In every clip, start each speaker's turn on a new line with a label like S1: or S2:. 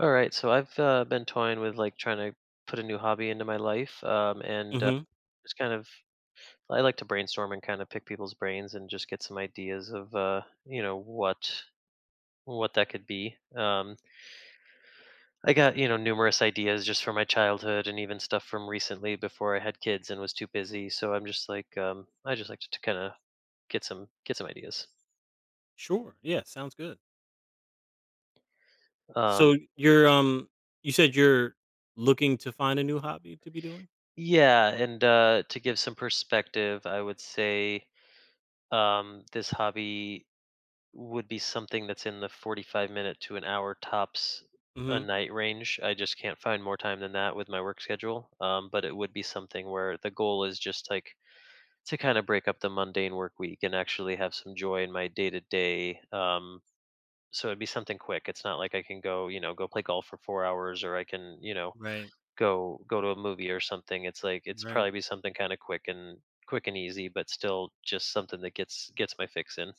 S1: All right, so I've been toying with like trying to put a new hobby into my life, and
S2: Mhm.
S1: just kind of, I like to brainstorm and kind of pick people's brains and just get some ideas of you know what that could be. I got, you know, numerous ideas just from my childhood and even stuff from recently before I had kids and was too busy. So I'm just like, I just like to, kind of get some ideas.
S2: Sure. Yeah, sounds good.
S1: Um,
S2: So you're you said you're looking to find a new hobby to be doing?
S1: yeah, and to give some perspective, I would say, this hobby would be something that's in the 45 minute to an hour tops a
S2: Mhm.
S1: night range. I just can't find more time than that with my work schedule. But it would be something where the goal is just like to kind of break up the mundane work week and actually have some joy in my day to day. So it'd be something quick. It's not like I can go, you know, go play golf for 4 hours, or I can, you know,
S2: Right.
S1: go to a movie or something. It's like it's
S2: Right.
S1: probably be something kind of quick and easy, but still just something that gets my fix in.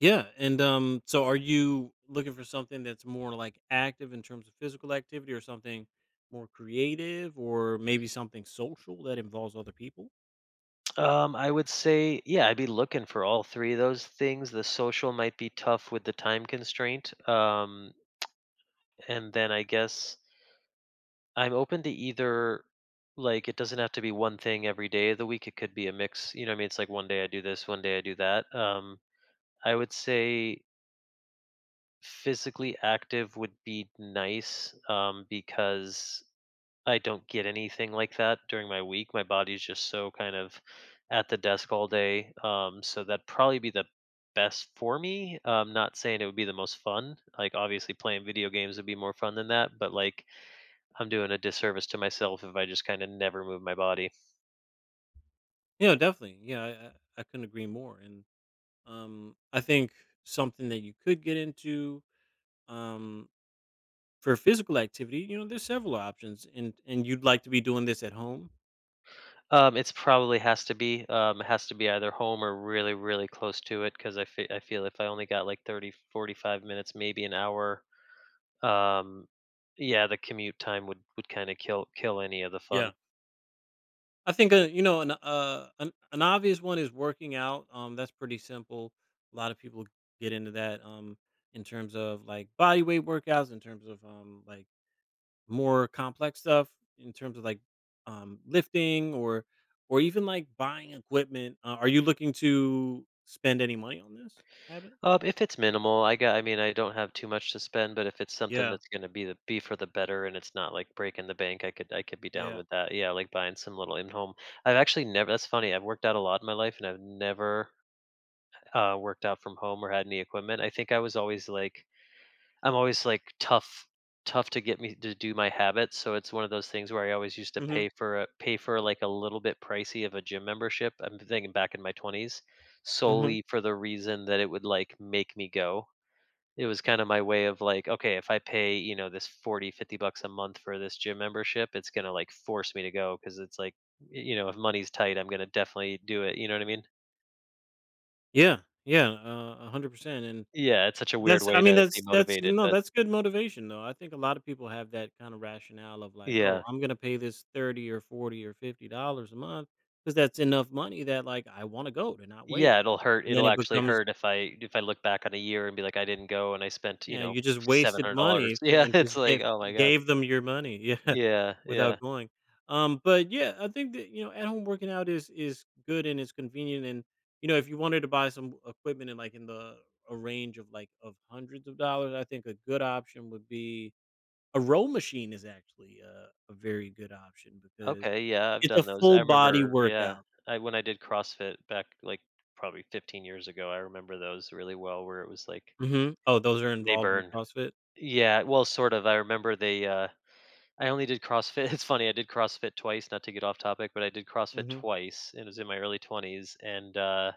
S2: Yeah, and so are you looking for something that's more like active in terms of physical activity or something more creative or maybe something social that involves other people?
S1: I would say, yeah, I'd be looking for all three of those things. The social might be tough with the time constraint. And then I guess I'm open to either, like, it doesn't have to be one thing every day of the week. It could be a mix. You know what I mean, it's like one day I do this, one day I do that. I would say physically active would be nice because I don't get anything like that during my week. My body's just so kind of at the desk all day. So that'd probably be the best for me. I'm not saying it would be the most fun. Like, obviously, playing video games would be more fun than that. But like, I'm doing a disservice to myself if I just kind of never move my body.
S2: Yeah, definitely. Yeah, I, I couldn't agree more. And I think something that you could get into. Um, For physical activity, you know, there's several options, and you'd like to be doing this at home.
S1: It's probably has to be, it has to be either home or really, really close to it because I feel if I only got like 30, 45 minutes, maybe an hour Um, yeah, the commute time would, kinda kill any of the fun.
S2: Yeah. I think an obvious one is working out. That's pretty simple. A lot of people get into that. In terms of like body weight workouts, in terms of like more complex stuff, in terms of like lifting or even like buying equipment. Are you looking to spend any money on this habit?
S1: If it's minimal, I mean, I don't have too much to spend, but if it's something
S2: Yeah.
S1: that's gonna be the be for the better and it's not, like, breaking the bank, I could, be down
S2: Yeah.
S1: with that. Yeah, like, buying some little in-home. I've actually never, that's funny, I've worked out a lot in my life, and I've never, worked out from home or had any equipment. I think I was always, like, I'm always like tough to get me to do my habits, so it's one of those things where I always used to
S2: Mm-hmm.
S1: pay for like a little bit pricey of a gym membership. I'm thinking back in my 20s
S2: Mm-hmm.
S1: solely for the reason that it would like make me go. It was kind of my way of like, okay, if I pay, you know, this 40, 50 bucks a month for this gym membership, it's going to like force me to go because it's like, you know, if money's tight, I'm going to definitely do it. You know what I mean?
S2: Yeah. Yeah. 100%.
S1: Yeah, it's such a weird
S2: That's
S1: way
S2: I mean,
S1: to be
S2: that's
S1: motivated,
S2: no,
S1: but
S2: that's good motivation, though. I think a lot of people have that kind of rationale of like, "Oh,
S1: yeah.
S2: I'm gonna pay this 30 or 40 or $50 a month because that's enough money that, like, I wanna go to not waste."
S1: Yeah, it'll hurt.
S2: And then
S1: It'll
S2: it
S1: actually
S2: becomes,
S1: hurt if I look back on a year and be like, I didn't go and I spent, you
S2: yeah,
S1: know,
S2: you just wasted
S1: $700.
S2: money f
S1: Yeah,
S2: and
S1: it's
S2: just
S1: like,
S2: gave
S1: oh my God.
S2: gave them your money, yeah,
S1: Yeah,
S2: without
S1: yeah.
S2: going. But yeah, I think that, you know, at home working out is good and it's convenient and, you know, if you wanted to buy some equipment in, like, in the a range of, like, of hundreds of dollars, I think a good option would be a row machine is actually a very good option because
S1: Okay, yeah, I've
S2: it's a
S1: done those.
S2: full
S1: I
S2: body
S1: remember, yeah,
S2: workout.
S1: I, when I did CrossFit back like probably 15 years ago, I remember those really well where it was like
S2: Mhm. Oh, those are
S1: they
S2: involved in
S1: burn.
S2: CrossFit?
S1: Yeah, well, sort of. I remember they I only did CrossFit. It's funny, I did CrossFit twice, not to get off topic, but I did CrossFit
S2: Mhm.
S1: twice and it was in my early 20s, and uh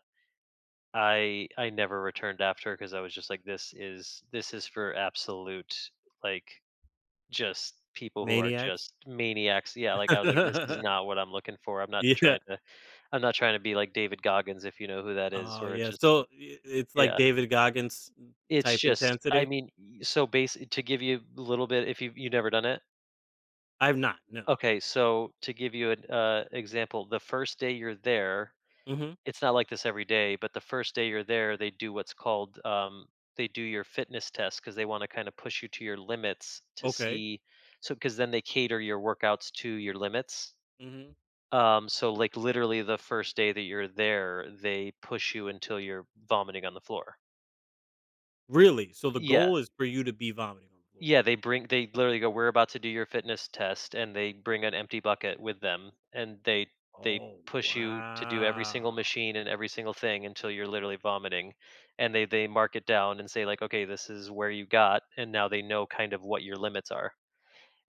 S1: I I never returned after because I was just like, this is, for absolute like just people who are
S2: Maniacs.
S1: just maniacs. Yeah, like I was like, this is not what I'm looking for. I'm not
S2: Yeah.
S1: trying to, be like David Goggins if you know who that is,
S2: Oh,
S1: where it's
S2: yeah.
S1: just,
S2: So, I It's like
S1: yeah.
S2: David Goggins
S1: It's
S2: type
S1: just, I
S2: intensity?
S1: mean, so basically to give you a little bit if you, never done it.
S2: I've not, no.
S1: Okay, so to give you an example, the first day you're there,
S2: Mhm.
S1: it's not like this every day, but the first day you're there, they do what's called, they do your fitness test because they wanna kinda push you to your limits to
S2: Okay.
S1: see, so because then they cater your workouts to your limits.
S2: Mhm.
S1: So, like, literally the first day that you're there, they push you until you're vomiting on the floor.
S2: Really? So the
S1: Yeah.
S2: goal is for you to be vomiting on the floor?
S1: Yeah, they bring, they literally go, "We're about to do your fitness test," and they bring an empty bucket with them, and they
S2: Oh,
S1: push you to do every single
S2: wow.
S1: machine and every single thing until you're literally vomiting, and they mark it down and say like, "Okay, this is where you got," and now they know kind of what your limits are.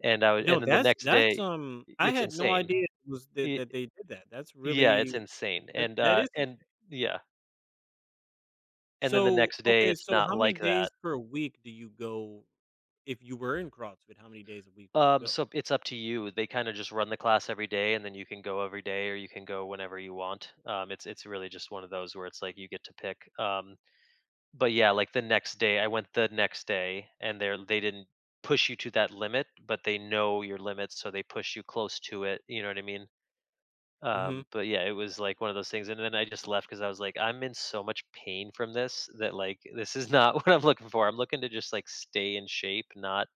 S1: And I would
S2: You know,
S1: and then the
S2: that's
S1: next
S2: that's,
S1: day,
S2: um I
S1: it's
S2: had no
S1: insane.
S2: idea it was
S1: It
S2: that they did that. That's
S1: yeah, it's
S2: really
S1: insane,
S2: that
S1: and,
S2: that is insane.
S1: yeah, and then the
S2: So,
S1: next day,
S2: okay,
S1: it's
S2: so
S1: not
S2: how many
S1: like that.
S2: days per week do you go if you were in CrossFit, how many days a week were you go?
S1: So it's up to you. They kind of just run the class every day, and then you can go every day, or you can go whenever you want. It's, really just one of those where it's like you get to pick. But yeah, like the next day, I went the next day, and they didn't push you to that limit, but they know your limits, so they push you close to it. You know what I mean?
S2: Mhm.
S1: But yeah, it was like one of those things, and then I just left because I was like, I'm in so much pain from this that like this is not what I'm looking for. I'm looking to just like stay in shape, not,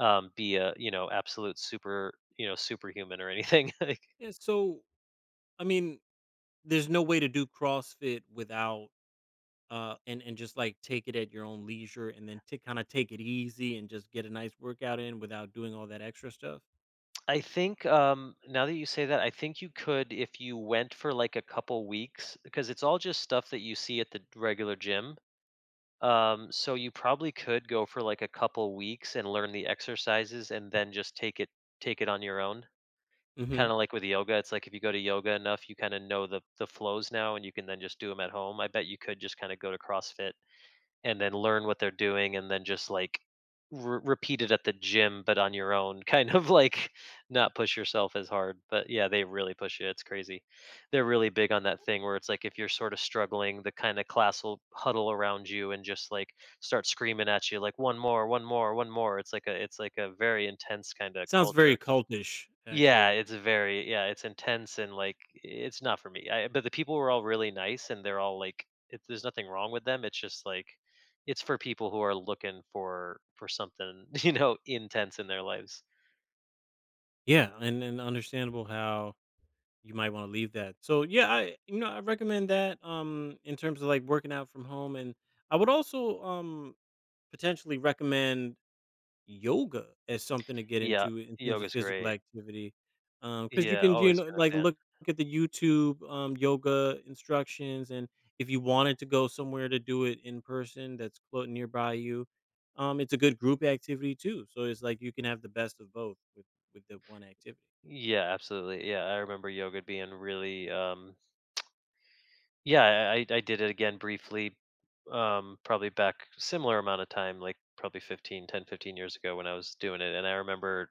S1: be a, you know, absolute super, you know, superhuman or anything. Like,
S2: Yeah, so, I mean, there's no way to do CrossFit without and just like take it at your own leisure and then to kind of take it easy and just get a nice workout in without doing all that extra stuff.
S1: I think, now that you say that, I think you could if you went for like a couple weeks because it's all just stuff that you see at the regular gym. So you probably could go for like a couple weeks and learn the exercises and then just take it, on your own. Kind
S2: Mhm.
S1: of like with yoga, it's like if you go to yoga enough, you kind of know the flows now, and you can then just do them at home. I bet you could just kind of go to CrossFit and then learn what they're doing and then just like repeat it at the gym but on your own, kind of like not push yourself as hard. But yeah, they really push it, it's crazy. They're really big on that thing where it's like if you're sort of struggling the kind of class will huddle around you and just like start screaming at you like one more, one more, one more. It's like a, it's like a very intense kind of
S2: Sounds
S1: culture.
S2: very cultish
S1: Yeah,
S2: actually.
S1: it's very, yeah, it's intense, and like it's not for me. I, but the people were all really nice and they're all like it, there's nothing wrong with them. It's just like it's for people who are looking for something, you know, intense in their lives.
S2: Yeah, and understandable how you might want to leave that. So yeah, I, you know, I recommend that in terms of like working out from home and I would also potentially recommend yoga as something to get
S1: Yeah,
S2: into in terms of
S1: yoga's
S2: physical
S1: great.
S2: activity, because you
S1: Yeah,
S2: can, you
S1: always
S2: know,
S1: been a
S2: like,
S1: fan.
S2: look at the YouTube, yoga instructions, and if you wanted to go somewhere to do it in person that's close nearby you, it's a good group activity too, so it's like you can have the best of both with the one activity.
S1: Yeah, absolutely. Yeah, I remember yoga being really yeah, I did it again briefly, probably back similar amount of time like probably 15, 10, 15 years ago when I was doing it, and I remember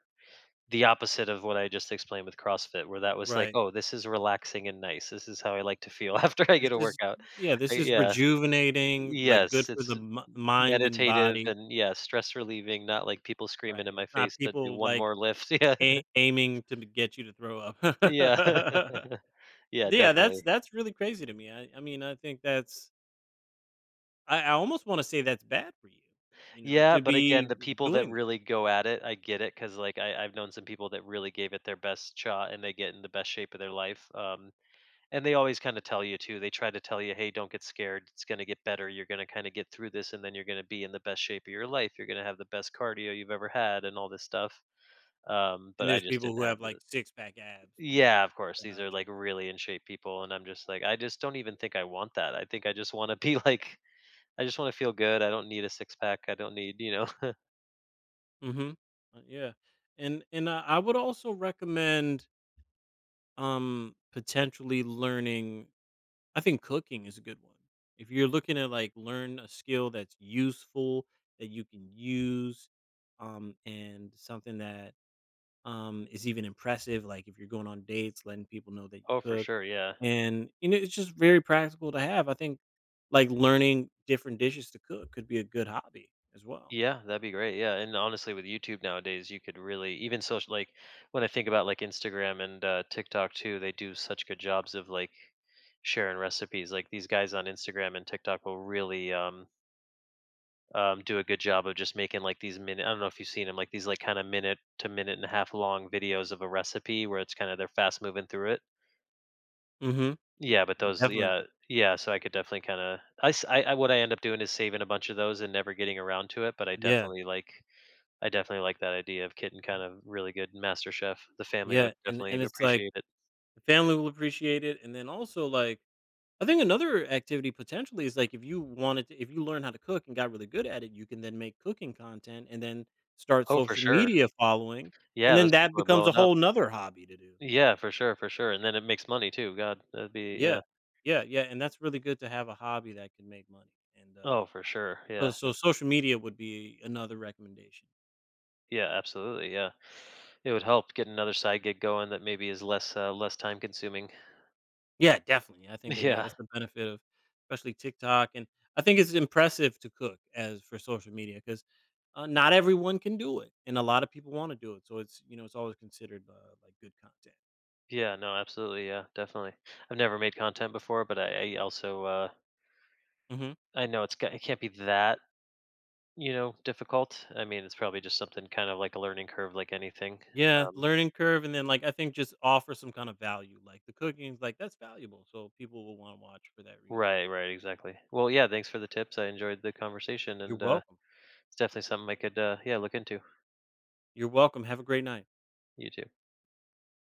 S1: the opposite of what I just explained with CrossFit, where that was like,
S2: Right.
S1: "Oh, this is relaxing and nice. This is how I like to feel after I get
S2: This
S1: a
S2: is
S1: workout."
S2: Yeah,
S1: I,
S2: this is
S1: yeah.
S2: rejuvenating, like, good
S1: Yes,
S2: for the
S1: it's
S2: mi mind and
S1: meditative
S2: body.
S1: and, yeah, stress relieving, not like people screaming
S2: Right,
S1: in my
S2: it's not
S1: face to do
S2: people,
S1: one
S2: like,
S1: more lift. Yeah.
S2: a aiming to get you to throw
S1: Yeah.
S2: up.
S1: Yeah,
S2: Yeah,
S1: definitely.
S2: that's really crazy to me. I mean, I think that's, I almost want to say that's bad for you, you know,
S1: Yeah,
S2: to
S1: but again,
S2: be
S1: the people that
S2: doing that.
S1: really go at it, I get it because like, I've known some people that really gave it their best shot and they get in the best shape of their life, and they always kind of tell you too, they try to tell you, hey, don't get scared, it's going to get better, you're going to kind of get through this and then you're going to be in the best shape of your life, you're going to have the best cardio you've ever had and all this stuff, but
S2: And
S1: I
S2: there's
S1: just
S2: people
S1: didn't
S2: who
S1: have
S2: have
S1: the,
S2: like six pack abs
S1: yeah,
S2: through.
S1: of course these are
S2: Gotcha.
S1: like really in shape people, and I'm just like, I just don't even think I want that, I think I just want to be like, I just want to feel good, I don't need a six pack, I don't need, you know.
S2: Mm-hmm. Yeah, and I would also recommend potentially learning. I think cooking is a good one. If you're looking to like learn a skill that's useful that you can use, and something that is even impressive. Like if you're going on dates, letting people know that you
S1: Oh, for
S2: cook,
S1: sure, yeah.
S2: and you know it's just very practical to have. I think like learning different dishes to cook could be a good hobby as well.
S1: Yeah, that'd be great. Yeah, and honestly, with YouTube nowadays, you could really even social, like when I think about like Instagram and TikTok too, they do such good jobs of like sharing recipes. Like these guys on Instagram and TikTok will really do a good job of just making like these minute. I don't know if you've seen them, like these like kind of minute to minute and a half long videos of a recipe where it's kind of they're fast moving through it.
S2: Hmm
S1: Yeah, but those,
S2: Definitely.
S1: yeah, yeah. So I could definitely kind of, I, s- I- what I end up doing is saving a bunch of those and never getting around to it. But
S2: Yeah.
S1: I definitely like that idea of kitten kind of really good master chef. The family
S2: Yeah.
S1: would
S2: And
S1: definitely
S2: and it's like
S1: appreciate it.
S2: the family will appreciate it, and then also like I think another activity potentially is like if you wanted to, if you learn how to cook and got really good at it, you can then make cooking content and then start
S1: Oh, for
S2: social
S1: sure.
S2: media following,
S1: Yeah,
S2: and
S1: those
S2: then that
S1: people are
S2: becomes a
S1: blowing up.
S2: whole nother hobby to do.
S1: Yeah, for sure, for sure. And then it makes money too. God, that'd be, yeah.
S2: Yeah. Yeah, yeah, and that's really good to have a hobby that can make money, and,
S1: Oh, for sure.
S2: so
S1: Yeah.
S2: so social media would be another recommendation.
S1: Yeah, absolutely. Yeah. It would help get another side gig going that maybe is less less time consuming.
S2: Yeah, definitely, I think that, yeah,
S1: Yeah.
S2: that's the benefit of especially TikTok, and I think it's impressive to cook as for social media 'cause, not everyone can do it, and a lot of people wanna do it, so it's, you know, it's always considered, like, good content.
S1: Yeah, no, absolutely. Yeah, definitely. I've never made content before, but I also
S2: Mhm.
S1: I know it's got, it can't be that, you know, difficult. I mean, it's probably just something kind of like a learning curve like anything.
S2: Yeah,
S1: um,
S2: learning curve, and then, like, I think just offer some kind of value, like, the cooking, like, that's valuable, so people will wanna watch for that reason.
S1: Right, right, exactly. Well, yeah, thanks for the tips. I enjoyed the conversation,
S2: You're
S1: and
S2: welcome.
S1: it's definitely something I could, yeah, look into.
S2: You're welcome, have a great night.
S1: You too.